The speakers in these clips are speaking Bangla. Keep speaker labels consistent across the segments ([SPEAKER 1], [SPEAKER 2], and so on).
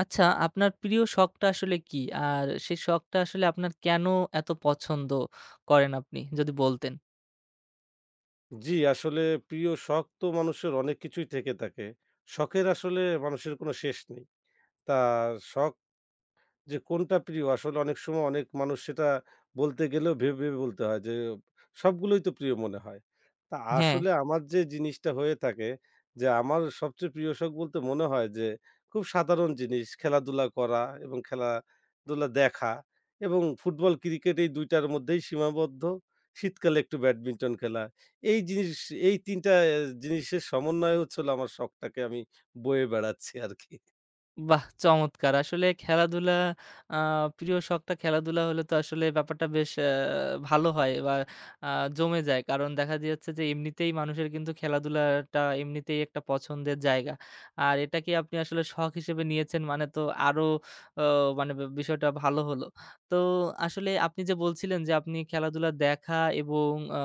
[SPEAKER 1] আচ্ছা, আপনার প্রিয় শখটা আসলে কি? আর সেই শখটা আসলে আপনার কেন এত পছন্দ করেন আপনি? যদি বলতেন।
[SPEAKER 2] জি, আসলে প্রিয় শখ তো মানুষের অনেক কিছুই থেকে থাকে। শখের আসলে মানুষের কোনো শেষ নেই। তা শখ যে কোনটা প্রিয়? আসলে অনেক সময় অনেক মানুষ সেটা বলতে গেলেও ভেবে, ভেবে বলতে হয় যে সবগুলোই তো প্রিয় মনে হয়। তা
[SPEAKER 1] হ্যাঁ.
[SPEAKER 2] আসলে আমার যে জিনিসটা হয়ে থাকে যে আমার সবচেয়ে প্রিয় শখ বলতে মনে হয় যে খুব সাধারণ জিনিস খেলাধুলা করা এবং খেলাধুলা দেখা এবং ফুটবল, ক্রিকেট এই ২ টার মধ্যেই সীমাবদ্ধ। শীতকালে একটু ব্যাডমিন্টন খেলা। এই জিনিস এই ৩ টা জিনিসের সমন্বয় হচ্ছে হলো আমার শখটাকে আমি বয়ে বেড়াচ্ছি আরকি।
[SPEAKER 1] বাহ! চমৎকার। আসলে খেলাধুলা আ প্রিয় শখটা খেলাধুলা হলে তো আসলে ব্যাপারটা বেশ ভালো হয় বা আ জমে যায়। কারণ দেখা যাচ্ছে যে এমনিতেই মানুষের কিন্তু খেলাধুলাটা এমনিতেই একটা পছন্দের জায়গা। আর এটাকে আপনি আসলে শখ হিসেবে নিয়েছেন মানে তো আরো অ মানে বিষয়টা ভালো হলো। তো আসলে আপনি যে বলছিলেন যে আপনি খেলাধুলা দেখা এবং আ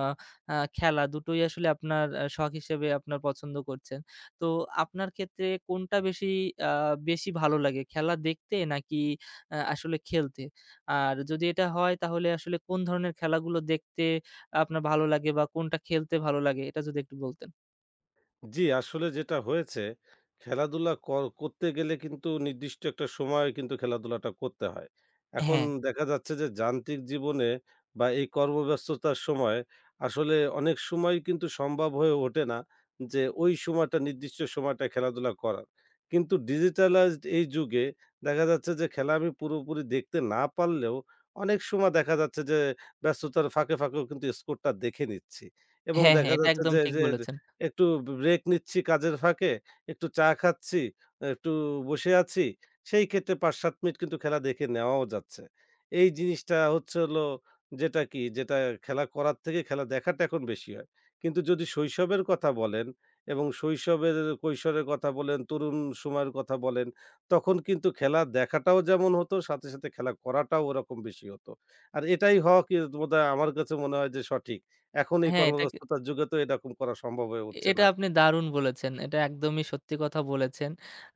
[SPEAKER 1] আ খেলা দুটোই আসলে আপনার শখ হিসেবে আপনার পছন্দ করছেন। তো আপনার ক্ষেত্রে কোনটা আ বেশি ভালো লাগে? খেলা দেখতে নাকি আসলে খেলতে? আর যদি এটা হয় তাহলে আসলে কোন ধরনের খেলাগুলো দেখতে আপনার ভালো লাগে বা কোনটা খেলতে ভালো লাগে? এটা যদি একটু বলতেন।
[SPEAKER 2] জি, আসলে যেটা হয়েছে, খেলাধুলা করতে গেলে কিন্তু নির্দিষ্ট একটা সময়ে কিন্তু খেলাধুলাটা করতে হয়। এখন
[SPEAKER 1] হ্যাঁ,
[SPEAKER 2] দেখা যাচ্ছে যে যান্ত্রিক জীবনে বা এই কর্মব্যস্ততার সময় আসলে অনেক সময়ই কিন্তু সম্ভব হয়ে ওঠে না যে ওই সময়টা নির্দিষ্ট সময়টা খেলাধুলা করার। কিন্তু ডিজিটালাইজড এই যুগে দেখা যাচ্ছে যে খেলা আমি পুরোপুরি দেখতে না পারলেও অনেক সময় দেখা যাচ্ছে যে ব্যস্ততার ফাঁকে, ফাঁকেও কিন্তু স্কোরটা দেখে নিচ্ছি এবং
[SPEAKER 1] হ্যাঁ, হ্যাঁ,
[SPEAKER 2] দেখা
[SPEAKER 1] এটা
[SPEAKER 2] যাচ্ছে
[SPEAKER 1] একদম
[SPEAKER 2] যে
[SPEAKER 1] ঠিক
[SPEAKER 2] যে
[SPEAKER 1] বলেছেন।
[SPEAKER 2] একটু ব্রেক নিচ্ছি কাজের ফাঁকে, একটু চা খাচ্ছি, একটু বসে আছি। সেই ক্ষেত্রে ৫-৭ মিনিট কিন্তু খেলা দেখে নেওয়াও যাচ্ছে। এই জিনিসটা হচ্ছে হলো যেটা খেলা করার থেকে খেলা দেখাটা এখন বেশি হয়। কিন্তু যদি শৈশবের কথা বলেন এবং শৈশবের, কৈশোরের কথা বলেন, তরুণ সময়ের কথা বলেন, তখন কিন্তু খেলা দেখাটাও যেমন হতো, সাথে, সাথে খেলা করাটাও ওরকম বেশি হতো। আর এটাই হওয়া কি বোধহয় আমার কাছে মনে হয় যে সঠিক। এখন এই
[SPEAKER 1] হ্যাঁ, এটা
[SPEAKER 2] কর্মব্যস্ততার যুগে তো এরকম করা সম্ভব হয়ে উঠছে
[SPEAKER 1] এটা
[SPEAKER 2] না আর।
[SPEAKER 1] আপনি দারুণ বলেছেন। এটা একদমই সত্যি কথা বলেছেন।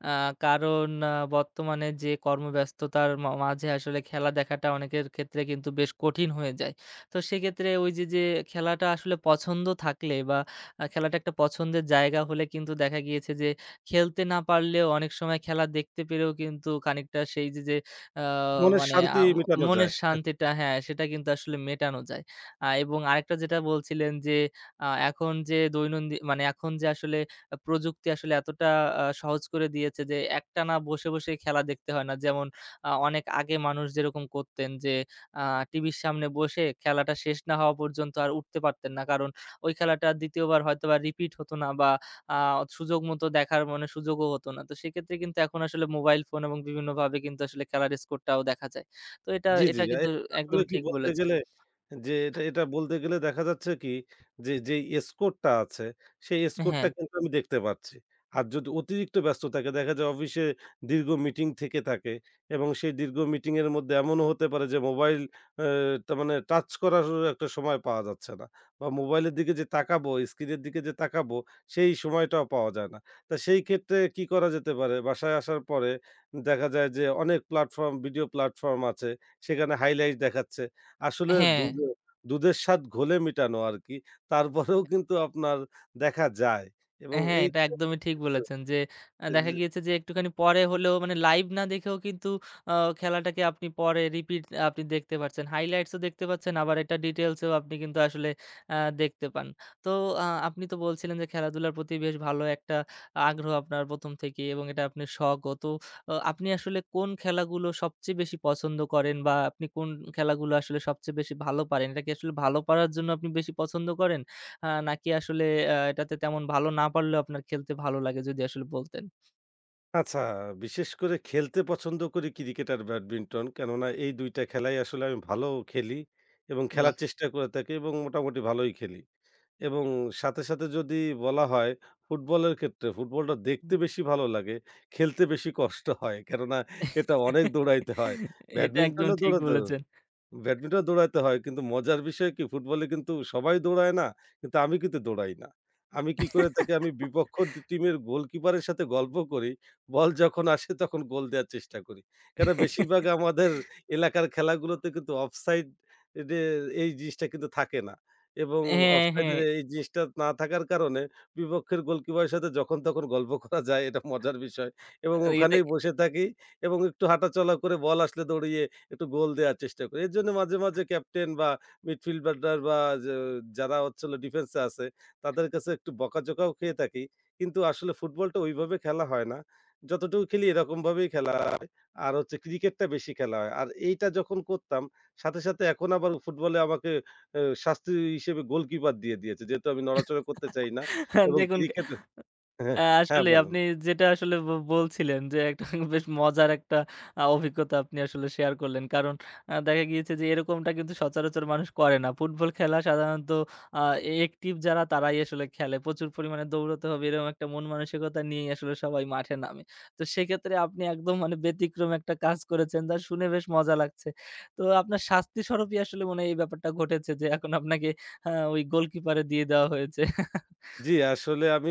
[SPEAKER 1] আ কারণ বর্তমানে যে কর্মব্যস্ততার মাঝে আসলে খেলা দেখাটা অনেকের ক্ষেত্রে কিন্তু বেশ কঠিন হয়ে যায়। তো সেক্ষেত্রে ওই যে খেলাটা আসলে পছন্দ থাকলে বা খেলাটা একটা পছন্দের জায়গা হলে কিন্তু দেখা গিয়েছে যে খেলতে না পারলেও অনেক সময় খেলা দেখতে পেরেও কিন্তু খানিকটা সেই যে আ
[SPEAKER 2] মনের
[SPEAKER 1] মানে
[SPEAKER 2] শান্তি মিটানো
[SPEAKER 1] মনের
[SPEAKER 2] যায়।
[SPEAKER 1] শান্তিটা হ্যাঁ, সেটা কিন্তু আসলে মেটানো যায়। এবং আরেকটা যেটা বলছিলেন যে এখন যে দৈনন্দিন মানে এখন যে আসলে প্রযুক্তি আসলে এতটা সহজ করে দিয়েছে যে একটানা বসে, বসে খেলা দেখতে হয় না। যেমন অনেক আগে মানুষ যেরকম করতেন যে আ টিভির সামনে বসে খেলাটা শেষ না হওয়া পর্যন্ত আর উঠতে পারতেন না। কারণ ওই খেলাটা ২য় বার হয়তোবা রিপিট হতো না বা আ সুযোগ মতো দেখার মানে সুযোগও হতো না। তো সেক্ষেত্রে কিন্তু এখন আসলে মোবাইল ফোন এবং বিভিন্নভাবে কিন্তু আসলে খেলার স্কোরটাও দেখা যায়। তো এটা,
[SPEAKER 2] জি, জি।
[SPEAKER 1] এটা কিন্তু একদম
[SPEAKER 2] আসলে কি
[SPEAKER 1] ঠিক
[SPEAKER 2] বলতে
[SPEAKER 1] বলেছেন।
[SPEAKER 2] গেলে যে এটা বলতে গেলে দেখা যাচ্ছে কি যে, যেই স্কোরটা আছে সেই
[SPEAKER 1] হ্যাঁ,
[SPEAKER 2] স্কোরটা কিন্তু আমি দেখতে পাচ্ছি। আর যদি অতিরিক্ত ব্যস্ত থাকে দেখা যায় অফিসে দীর্ঘ মিটিং থেকে থাকে এবং সেই দীর্ঘ মিটিং এর মধ্যে এমনও হতে পারে যে মোবাইল অ্যা তার মানে টাচ করার একটা সময় পাওয়া যাচ্ছে না। বা মোবাইলের দিকে যে তাকাবো, স্ক্রিনের দিকে যে তাকাবো সেই সময়টাও পাওয়া যায় না। তা সেই ক্ষেত্রে কি করা যেতে পারে? বাসায় আসার পরে দেখা যায় যে অনেক প্ল্যাটফর্ম ভিডিও প্ল্যাটফর্ম আছে সেখানে হাইলাইট দেখাচ্ছে। আসলে
[SPEAKER 1] হ্যাঁ।
[SPEAKER 2] দুধের স্বাদ ঘোলে মিটানো আরকি। তারপরেও কিন্তু আপনার দেখা যায় এবং
[SPEAKER 1] হ্যাঁ,
[SPEAKER 2] এই
[SPEAKER 1] এটা একদমই ঠিক বলেছেন যে দেখা
[SPEAKER 2] যে-
[SPEAKER 1] গিয়েছে যে একটুখানি পরে হলেও মানে লাইভ না দেখেও কিন্তু আ খেলাটাকে আপনি পরে রিপিট আপনি দেখতে পাচ্ছেন। হাইলাইটস ও দেখতে পাচ্ছেন আবার এটা ডিটেইলস এও আপনি কিন্তু আসলে আ দেখতে পান। তো আপনি তো বলছিলেন যে খেলাধুলার প্রতি বেশ ভালো একটা আগ্রহ আপনার ১ম থেকেই এবং এটা আপনার শখও। তো আপনি আসলে কোন খেলাগুলো সবচেয়ে বেশি পছন্দ করেন বা আপনি কোন খেলাগুলো আসলে সবচেয়ে বেশি ভালো পারেন? এটা কি আসলে ভালো পারার জন্য আপনি বেশি পছন্দ করেন? হ্যাঁ, নাকি আসলে এটাতে তেমন ভালো না পারলেও আপনার খেলতে ভালো লাগে যদি আসলে বলতেন?
[SPEAKER 2] আচ্ছা, বিশেষ করে খেলতে পছন্দ করি ক্রিকেট আর ব্যাডমিন্টন। কেননা এই ২ টা খেলাই আসলে আমি ভালো খেলি এবং
[SPEAKER 1] বাহ!
[SPEAKER 2] খেলার চেষ্টা করে থাকি এবং মোটামুটি ভালোই খেলি। এবং সাথে, সাথে যদি বলা হয় ফুটবলের ক্ষেত্রে, ফুটবলটা দেখতে বেশি ভালো লাগে, খেলতে বেশি কষ্ট হয়। কেননা এটা অনেক দৌড়াইতে হয়।
[SPEAKER 1] এটা একদম
[SPEAKER 2] ব্যাডমিন্টনও
[SPEAKER 1] ঠিক
[SPEAKER 2] দৌড়াতে
[SPEAKER 1] বলেছেন।
[SPEAKER 2] ব্যাডমিন্টন দৌড়াইতে হয়। কিন্তু মজার বিষয় কি ফুটবলে কিন্তু সবাই দৌড়ায় না। কিন্তু আমি কিন্তু দৌড়াই না। আমি কি করে থাকি আমি বিপক্ষ টিমের গোলকিপারের সাথে গল্প করি। বল যখন আসে তখন গোল দেয়ার চেষ্টা করি। কেন বেশিরভাগ আমাদের এলাকার খেলাগুলোতে কিন্তু অফসাইড এডে এই জিনিসটা কিন্তু থাকে না। এবং
[SPEAKER 1] হ্যাঁ, হ্যাঁ।
[SPEAKER 2] অফসাইডের এই জিনিসটা না থাকার কারণে বিপক্ষের গোলকিপারের সাথে যখন তখন গল্প করা যায় এটা মজার বিষয়। এবং
[SPEAKER 1] এটা
[SPEAKER 2] ওখানেই বসে থাকি এবং একটু হাঁটাচলা করে বল আসলে দৌড়িয়ে একটু গোল দেয়ার চেষ্টা করি। এরজন্য মাঝে, মাঝে ক্যাপ্টেন বা মিডফিল্ডার বা যে যারা হচ্ছে হলো ডিফেন্সে আছে, তাদের কাছে একটু বকাঝকাও খেয়ে থাকি। কিন্তু আসলে ফুটবলটা ওইভাবে খেলা হয় না। যতটুকু খেলি এরকমভাবেই খেলা হয়। আর হচ্ছে ক্রিকেটটা বেশি খেলা হয়। আর এইটা যখন করতাম, সাথে, সাথে এখন আবার ফুটবলে আমাকে শাস্তি হিসেবে গোলকিপার দিয়ে দিয়েছে। যেহেতু আমি নড়াচড়া করতে চাই না এবং
[SPEAKER 1] দেখুন,
[SPEAKER 2] ক্রিকেট হ্যাঁ, হ্যাঁ
[SPEAKER 1] আসলে
[SPEAKER 2] বলেন।
[SPEAKER 1] আপনি যেটা আসলে বলছিলেন যে একটা বেশ মজার একটা অভিজ্ঞতা আপনি আসলে শেয়ার করলেন। কারণ দেখা গিয়েছে যে এরকমটা কিন্তু সচরাচর মানুষ করে না। ফুটবল খেলা সাধারণত আ অ্যাকটিভ যারা তারাই আসলে খেলে। প্রচুর পরিমাণে দৌড়াতে হবে এরকম একটা মন মানসিকতা নিয়েই আসলে সবাই মাঠে নামে। তো সেক্ষেত্রে আপনি একদম মানে ব্যতিক্রম একটা কাজ করেছেন যা শুনে বেশ মজা লাগছে। তো আপনার শাস্তি স্বরূপই আসলে মনে হয় এই ব্যাপারটা ঘটেছে যে এখন আপনাকে ওই গোলকিপারে দিয়ে দেওয়া হয়েছে।
[SPEAKER 2] জি, আসলে আমি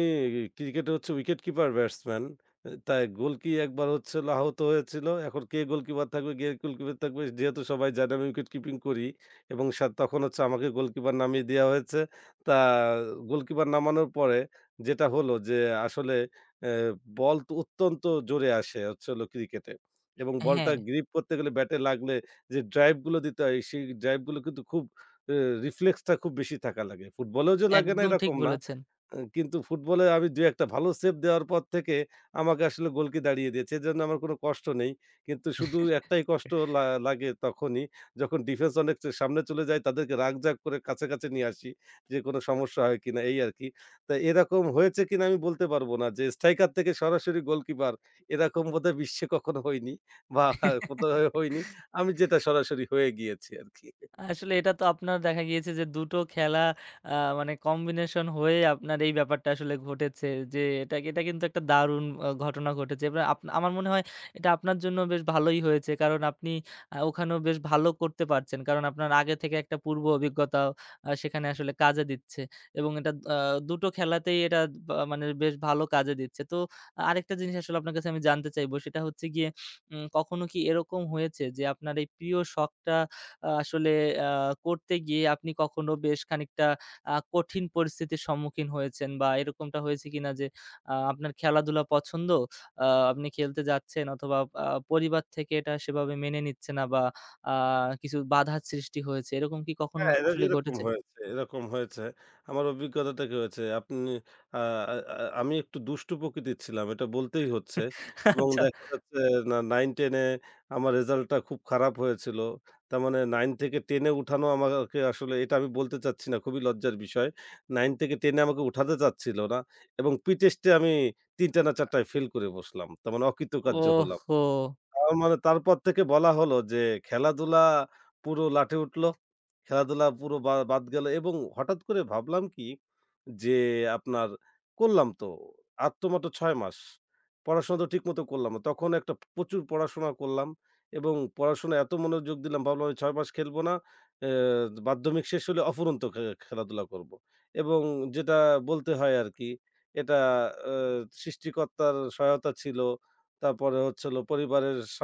[SPEAKER 2] ক্রিকেটে হচ্ছে উইকেট কিপার ব্যাটসম্যান। তাই একবার হচ্ছে হলো আহত হয়েছিল। এখন কে গোলকিপার থাকবে, কে গোলকিপার থাকবে যেহেতু সবাই জানে আমি উইকেট কিপিং করি এবং তখন হচ্ছে আমাকে গোলকিপার নামিয়ে দেয়া হয়েছে। তা গোলকিপার নামানোর পরে যেটা হলো যে আসলে এ বল তো অত্যন্ত জোরে আসে হচ্ছে হলো ক্রিকেটে এবং বলটা
[SPEAKER 1] হ্যাঁ,
[SPEAKER 2] গ্রিপ করতে গেলে ব্যাটে লাগলে যে ড্রাইভ গুলো দিতে হয় সেই ড্রাইভ গুলো কিন্তু খুব এ রিফ্লেক্সটা খুব বেশি থাকা লাগে। ফুটবলেও যে লাগে না
[SPEAKER 1] একদম ঠিক
[SPEAKER 2] এরকম না।
[SPEAKER 1] বলেছেন।
[SPEAKER 2] কিন্তু ফুটবলে আমি ২-১ টা ভালো সেভ দেওয়ার পর থেকে আমাকে আসলে গোলকি দাঁড়িয়ে দিয়েছে। এজন্য আমার কোনো কষ্ট নেই। কিন্তু শুধু
[SPEAKER 1] হ্যাঁ।
[SPEAKER 2] একটাই কষ্ট লাগে তখনই যখন ডিফেন্স অনেক সামনে চলে যায় তাদেরকে রাগঝাগ করে কাছে, কাছে নিয়ে আসি। যে কোনো সমস্যা হয় কিনা এই আরকি। তা এরকম হয়েছে কিনা আমি বলতে পারব না যে স্ট্রাইকার থেকে সরাসরি গোলকিপার এরকম বোধহয় বিশ্বে কখনো হয়নি বা কোথাও হয়নি। আমি যেটা সরাসরি হয়ে গিয়েছি আরকি।
[SPEAKER 1] আসলে এটা তো আপনার দেখা গিয়েছে যে ২ টো খেলা আ মানে কম্বিনেশন হয়ে আপনার এই ব্যাপারটা আসলে ঘটেছে। যে এটা এটা কিন্তু একটা দারুণ ঘটনা ঘটেছে। এবার আমার মনে হয় এটা আপনার জন্য বেশ ভালোই হয়েছে। কারণ আপনি ওখানেও বেশ ভালো করতে পারছেন। কারণ আপনার আগে থেকে একটা পূর্ব অভিজ্ঞতাও সেখানে আসলে কাজে দিচ্ছে। এবং এটা ২ টো খেলাতেই এটা বা মানে বেশ ভালো কাজে দিচ্ছে। তো আরেকটা জিনিস আসলে আপনার কাছে আমি জানতে চাইবো সেটা হচ্ছে গিয়ে কখনো কি এরকম হয়েছে যে আপনার এই প্রিয় শখটা আসলে আ করতে গিয়ে আপনি কখনো বেশ খানিকটা কঠিন পরিস্থিতির সম্মুখীন হয়েছেন? বা এরকমটা হয়েছে কিনা যে আপনার খেলাধুলা পছন্দ, আ আপনি খেলতে যাচ্ছেন অথবা পরিবার থেকে এটা সেভাবে মেনে নিচ্ছে না বা আ কিছু বাধার সৃষ্টি হয়েছে, এরকম কি কখনো
[SPEAKER 2] হ্যাঁ,
[SPEAKER 1] আসলে
[SPEAKER 2] এরকম
[SPEAKER 1] ঘটেছে?
[SPEAKER 2] হয়েছে, এরকম হয়েছে। আমার অভিজ্ঞতা থেকে হয়েছে। আপনি আ আ আ আমি একটু দুষ্টু প্রকৃতির ছিলাম, এটা বলতেই হচ্ছে। এবং
[SPEAKER 1] আচ্ছা।
[SPEAKER 2] দেখা যাচ্ছে না ৯-১০ এ আমার রেজাল্টটা খুব খারাপ হয়েছিল। তার মানে ৯ থেকে ১০ এ উঠানো আমাকে আসলে এটা আমি বলতে চাচ্ছি না, খুবই লজ্জার বিষয়। ৯ থেকে ১০ এ আমাকে উঠাতে চাচ্ছিল না এবং প্রি-টেস্টে আমি ৩ টা না ৪ টায় ফেল করে বসলাম। তার মানে অকৃতকার্য হলাম।
[SPEAKER 1] ওহহো!
[SPEAKER 2] তার মানে তারপর থেকে বলা হলো যে, "খেলাধুলা পুরো লাটে উঠলো।" খেলাধুলা পুরো বাদ গেল এবং হঠাৎ করে ভাবলাম কি যে আপনার করলাম তো আর তো মাত্র ৬ মাস। পড়াশোনা তো ঠিকমতো করলাম না। তখন একটা প্রচুর পড়াশোনা করলাম এবং পড়াশোনায় এত মনোযোগ দিলাম ভাবলাম আমি ৬ মাস খেলব না। অ্যা মাধ্যমিক শেষ হলে অফুরন্ত খেলাধুলা করব। এবং যেটা বলতে হয় আরকি এটা অ্যা সৃষ্টিকর্তার সহায়তা ছিল। তারপরে হচ্ছে হলো পরিবারের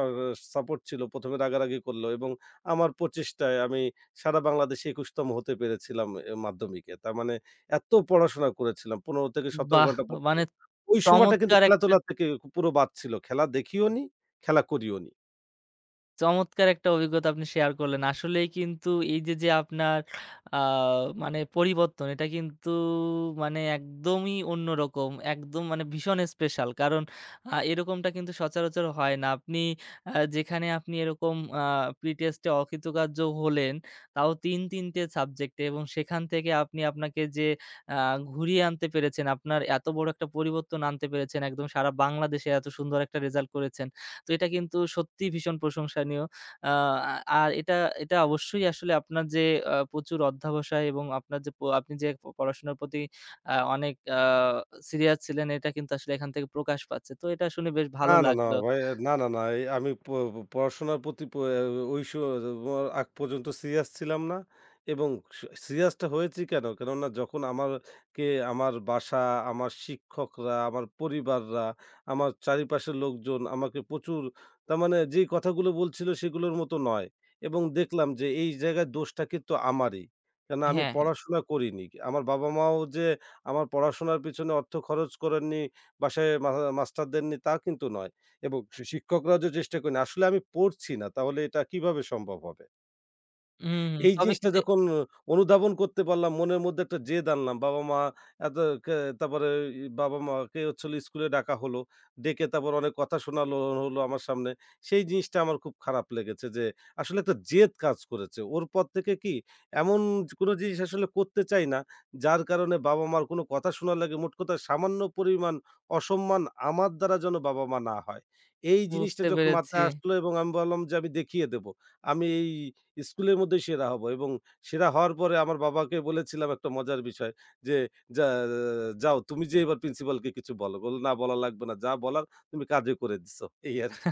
[SPEAKER 2] সাপোর্ট ছিল। ১ম এ রাগারাগি করল এবং আমার প্রচেষ্টায় আমি সারা বাংলাদেশে ২১ তম হতে পেরেছিলাম এ মাধ্যমিকে। তার মানে এত পড়াশোনা করেছিলাম ১৫-১৭
[SPEAKER 1] বাহ!
[SPEAKER 2] ঘন্টা পড়তাম।
[SPEAKER 1] মানে
[SPEAKER 2] ওই সময়টা কিন্তু
[SPEAKER 1] চমৎকার একটা
[SPEAKER 2] খেলাধুলা থেকে পুরো বাদ ছিল। খেলা দেখিওনি, খেলা করিওনি।
[SPEAKER 1] অভিজ্ঞতা আপনি শেয়ার করলেন। আসলেই কিন্তু এই যে আপনার আ মানে পরিবর্তন এটা কিন্তু মানে একদমই অন্যরকম। একদম মানে ভীষণ স্পেশাল। কারণ এরকমটা কিন্তু সচরাচর হয় না। আপনি আ যেখানে আপনি এরকম আ প্রি-টেস্টে অকৃতকার্য হলেন, তাও ৩-৩ টে সাবজেক্টে এবং সেখান থেকে আপনি আপনাকে যে আ ঘুরিয়ে আনতে পেরেছেন, আপনার এত বড় একটা পরিবর্তন আনতে পেরেছেন, একদম সারা বাংলাদেশে এত সুন্দর একটা রেজাল্ট করেছেন। তো এটা কিন্তু সত্যিই ভীষণ প্রশংসনীয়। আহ, আ আর এটা এটা অবশ্যই আসলে আপনার যে প্রচুর অধ্যবসায় এবং আপনার যে প আপনি যে প পড়াশোনার প্রতি অনেক সিরিয়াস ছিলেন এটা কিন্তু আসলে এখান থেকে প্রকাশ পাচ্ছে। তো এটা শুনে বেশ
[SPEAKER 2] না,
[SPEAKER 1] ভালো
[SPEAKER 2] না, না
[SPEAKER 1] লাগলো।
[SPEAKER 2] ভাই, না, না, না। এই আমি প প- পড়াশোনার প্রতি ওই স আগ পর্যন্ত সিরিয়াস ছিলাম না এবং স সিরিয়াসটা হয়েছি কেন? কেননা যখন আমারকে আমার বাসা, আমার শিক্ষকরা, আমার পরিবাররা, আমার চারিপাশের লোকজন আমাকে প্রচুর তার মানে যে কথাগুলো বলছিল সেগুলোর মতো নয় এবং দেখলাম যে এই জায়গায় দোষটা কিন্তু আমারই। কেননা আমি
[SPEAKER 1] হ্যাঁ, হ্যাঁ।
[SPEAKER 2] পড়াশোনা করিনি। আমার বাবা-মাও যে আমার পড়াশোনার পেছনে অর্থ খরচ করেননি বাসায় মা মাস্টারদের নিয়ে তা কিন্তু নয় এবং শিক্ষকরাও যে চেষ্টা করেন। আসলে আমি পড়ছি না তাহলে এটা কিভাবে সম্ভব হবে?
[SPEAKER 1] হুম, হুম।
[SPEAKER 2] এই
[SPEAKER 1] তবে
[SPEAKER 2] জিনিসটা
[SPEAKER 1] কিন্তু
[SPEAKER 2] যখন অনুধাবন করতে পারলাম, মনের মধ্যে একটা জেদ আনলাম। বাবা-মা এত কে তারপরে বাবা-মাকে হচ্ছে হলো স্কুলে ডাকা হলো। ডেকে তারপর অনেক কথা শোনালো হলো আমার সামনে। সেই জিনিসটা আমার খুব খারাপ লেগেছে যে, আসলে একটা জেদ কাজ করেছে। ওর পর থেকে কি এমন কোনো জিনিস আসলে করতে চাই না, যার কারণে বাবা-মার কোনো কথা শোনার লাগে মোট কথা সামান্য পরিমাণ অসম্মান আমার দ্বারা যেন বাবা-মা না হয়। এই জিনিসটা
[SPEAKER 1] বুঝতে
[SPEAKER 2] যখন
[SPEAKER 1] পেরেছি।
[SPEAKER 2] মাথায় আসলো এবং আমি বললাম যে, "আমি দেখিয়ে দেব। আমি এই স্কুলের মধ্যেই সেরা হব এবং সেরা হওয়ার পরে আমার বাবাকে বলেছিলাম একটা মজার বিষয় যে, "যা যাও তুমি যেয়ে এবার প্রিন্সিপালকে কিছু বলো।" বলল, "না বলা লাগবে না। যা বলার তুমি কাজে করে দিছো।" এই আরকি।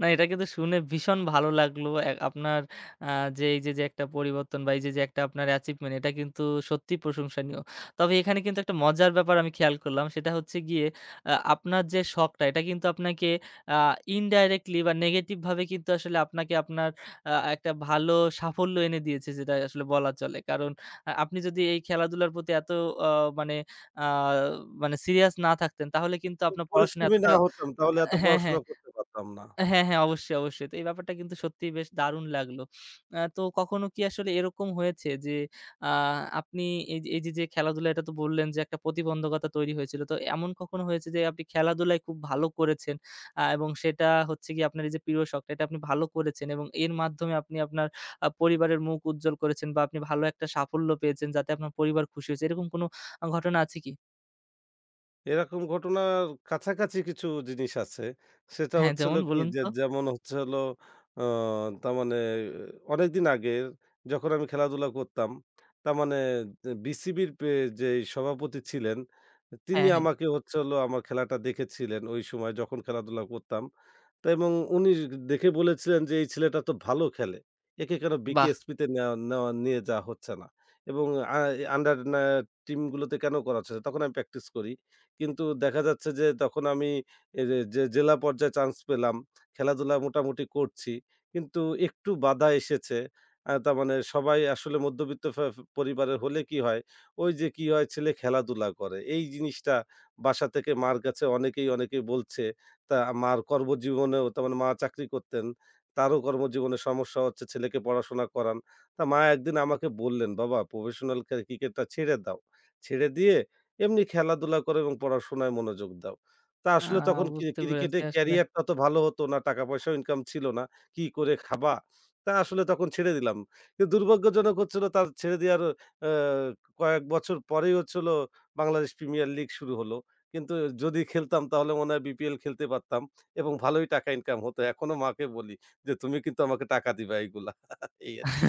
[SPEAKER 1] না, এটা কিন্তু শুনে ভীষণ ভালো লাগলো। আপনার আ যে এই যে একটা পরিবর্তন বা এই যে একটা আপনার অ্যাচিভমেন্ট এটা কিন্তু সত্যিই প্রশংসনীয়। তবে এখানে কিন্তু একটা মজার ব্যাপার আমি খেয়াল করলাম। সেটা হচ্ছে গিয়ে আপনার যে শখটা এটা কিন্তু আপনাকে আ ইনডাইরেক্টলি বা নেগেটিভ ভাবে কিন্তু আসলে আপনাকে আপনার একটা ভালো সাফল্য এনে দিয়েছে যেটা আসলে বলা চলে। কারণ আপনি যদি এই খেলাধুলার প্রতি এত অ মানে আ মানে সিরিয়াস না থাকতেন তাহলে কিন্তু আপনার পড়াশোনা
[SPEAKER 2] পরিশ্রমী না
[SPEAKER 1] এতটা
[SPEAKER 2] হতাম তাহলে এত
[SPEAKER 1] হ্যাঁ, হ্যাঁ।
[SPEAKER 2] পড়াশোনা করতে পারতাম না।
[SPEAKER 1] হ্যাঁ, হ্যাঁ, অবশ্যই, অবশ্যই। তো এই ব্যাপারটা কিন্তু সত্যিই বেশ দারুণ লাগলো। তো কখনো কি আসলে এরকম হয়েছে যে আ আপনি এই যে খেলাধুলা এটা তো বললেন যে একটা প্রতিবন্ধকতা তৈরি হয়েছিল। তো এমন কখনো হয়েছে যে আপনি খেলাধুলায় খুব ভালো করেছেন এবং সেটা হচ্ছে গিয়ে আপনার এই যে প্রিয় শখটা এটা আপনি ভালো করেছেন এবং এর মাধ্যমে আপনি আপনার পরিবারের মুখ উজ্জ্বল করেছেন বা আপনি ভালো একটা সাফল্য পেয়েছেন যাতে আপনার পরিবার খুশি হয়েছে। এরকম কোনো ঘটনা আছে কি?
[SPEAKER 2] এরকম ঘটনার কাছাকাছি কিছু জিনিস আছে। সেটা
[SPEAKER 1] হ্যাঁ,
[SPEAKER 2] হচ্ছে
[SPEAKER 1] যেমন
[SPEAKER 2] হলো কি
[SPEAKER 1] বলুন
[SPEAKER 2] যে
[SPEAKER 1] তো?
[SPEAKER 2] যেমন হচ্ছে হলো আ তার মানে অনেকদিন আগে যখন আমি খেলাধুলা করতাম, তার মানে যে বিসিবির পে যেই সভাপতি ছিলেন, তিনি
[SPEAKER 1] হ্যাঁ, হ্যাঁ।
[SPEAKER 2] আমাকে হচ্ছে হলো আমার খেলাটা দেখেছিলেন ওই সময় যখন খেলাধুলা করতাম। তো এবং উনি দেখে বলেছিলেন যে, "এই ছেলেটা তো ভালো খেলে। একে কেন
[SPEAKER 1] বাহ!
[SPEAKER 2] বিকেএসপি তে নেওয়া নেওয়া নিয়ে যাওয়া হচ্ছে না? এবং আ আন্ডার না টিমগুলোতে কেন করা হচ্ছে না?" তখন আমি প্র্যাকটিস করি। কিন্তু দেখা যাচ্ছে যে তখন আমি যে যে জেলা পর্যায়ে চান্স পেলাম, খেলাধুলা মোটামুটি করছি। কিন্তু একটু বাধা এসেছে। তার মানে সবাই আসলে মধ্যবিত্ত পরিবারের হলে কি হয়? ওই যে কি হয়? ছেলে খেলাধুলা করে। এই জিনিসটা বাসা থেকে মার কাছে অনেকেই, অনেকেই বলছে। তা মার কর্মজীবনেও তার মানে মা চাকরি করতেন। তারও কর্মজীবনে সমস্যা হচ্ছে, ছেলেকে পড়াশোনা করান। তা মা একদিন আমাকে বললেন, "বাবা প্রফেশনাল ক্রিকেটটা ছেড়ে দাও। ছেড়ে দিয়ে এমনি খেলাধুলা করো এবং পড়াশোনায় মনোযোগ দাও।" তা
[SPEAKER 1] আ
[SPEAKER 2] আসলে তখন
[SPEAKER 1] বুঝতে পেরেছি
[SPEAKER 2] ক্রিকেটের
[SPEAKER 1] আসলে।
[SPEAKER 2] ক্যারিয়ারটা তো ভালো হতো না, টাকা পয়সাও ইনকাম ছিল না। কি করে খাবা? তা আসলে তখন ছেড়ে দিলাম। কিন্তু দুর্ভাগ্যজনক হচ্ছিল তার ছেড়ে দেওয়ার আ কয়েক বছর পরেই হচ্ছে হলো বাংলাদেশ প্রিমিয়ার লীগ শুরু হলো। কিন্তু যদি খেলতাম তাহলে মনে হয় বিপিএল খেলতে পারতাম এবং ভালোই টাকা ইনকাম হতো। এখনো মাকে বলি যে, "তুমি কিন্তু আমাকে টাকা দিবা এইগুলা।" এই আরকি।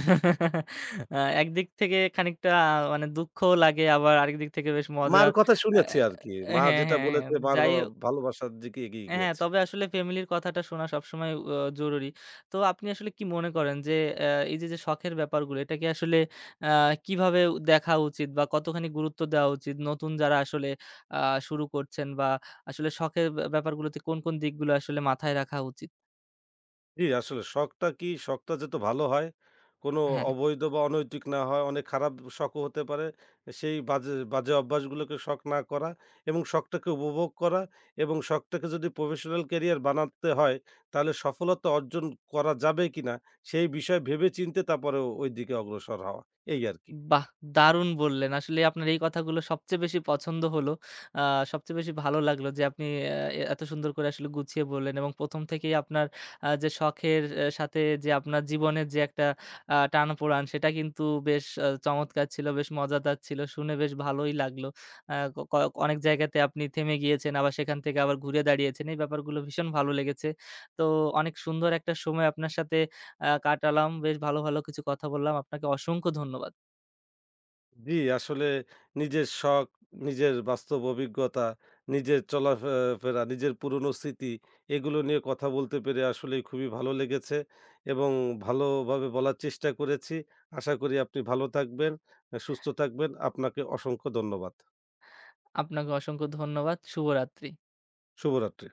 [SPEAKER 1] আ একদিক থেকে খানিকটা মানে দুঃখও লাগে আবার আরেক দিক থেকে বেশ মজার।
[SPEAKER 2] মার কথা
[SPEAKER 1] আ
[SPEAKER 2] শুনেছি আরকি। মা
[SPEAKER 1] হ্যাঁ,
[SPEAKER 2] যেটা
[SPEAKER 1] হ্যাঁ, হ্যাঁ।
[SPEAKER 2] বলেছে মার
[SPEAKER 1] যাই
[SPEAKER 2] বাবা
[SPEAKER 1] হোক
[SPEAKER 2] ভালোবাসার দিকে এগিয়ে
[SPEAKER 1] হ্যাঁ,
[SPEAKER 2] গিয়েছে।
[SPEAKER 1] তবে আসলে ফ্যামিলির কথাটা শোনা সবসময় জরুরি। তো আপনি আসলে কি মনে করেন যে আ এই যে শখের ব্যাপারগুলো এটাকে আসলে আ কিভাবে দেখা উচিত বা কতখানি গুরুত্ব দেওয়া উচিত? নতুন যারা আসলে আ শুরু করছেন বা আসলে শখের ব্যাপারগুলোতে কোন, কোন দিকগুলো আসলে মাথায় রাখা উচিত?
[SPEAKER 2] জি, আসলে শখটা কি? শখটা যাতে ভালো হয়, কোনো
[SPEAKER 1] হ্যাঁ।
[SPEAKER 2] অবৈধ বা অনৈতিক না হয়, অনেক খারাপ শখও হতে পারে। সেই বাজে বাজে অভ্যাসগুলোকে শখ না করা এবং শখটাকে উপভোগ করা এবং শখটাকে যদি প্রফেশনাল ক্যারিয়ার বানাতে হয়, তাহলে সফলতা অর্জন করা যাবে কিনা, সেই বিষয়ে ভেবে চিন্তে তারপরে ওইদিকে অগ্রসর হওয়া। এই আরকি।
[SPEAKER 1] বাহ! দারুণ বললেন। আসলে আপনার এই কথাগুলো সবচেয়ে বেশি পছন্দ হলো। আ সবচেয়ে বেশি ভালো লাগলো যে আপনি আহ, এ এত সুন্দর করে আসলে গুছিয়ে বললেন এবং ১ম থেকেই আপনার যে শখের সাথে যে আপনার জীবনের যে একটা টানাপোড়ান সেটা কিন্তু বেশ চমৎকার ছিল, বেশ মজাদার ছিল। শুনে বেশ ভালোই লাগলো। আ ক ক অনেক জায়গাতে আপনি থেমে গিয়েছেন আবার সেখান থেকে আবার ঘুরে দাঁড়িয়েছেন। এই ব্যাপারগুলো ভীষণ ভালো লেগেছে। তো অনেক সুন্দর একটা সময় আপনার সাথে কাটালাম। বেশ ভালো, ভালো কিছু কথা বললাম। আপনাকে অসংখ্য ধন্যবাদ।
[SPEAKER 2] জি, আসলে নিজের শখ, নিজের বাস্তব অভিজ্ঞতা, নিজের ফেরা, নিজের পুরনো স্মৃতি এগুলো নিয়ে কথা বলতে পেরে আসলেই খুবই ভালো লেগেছে এবং ভালোভাবে বলার চেষ্টা করেছি। আশা করি আপনি ভালো থাকবেন, সুস্থ থাকবেন। আপনাকে অসংখ্য ধন্যবাদ।
[SPEAKER 1] আপনাকে অসংখ্য ধন্যবাদ। শুভরাত্রি।
[SPEAKER 2] শুভরাত্রি।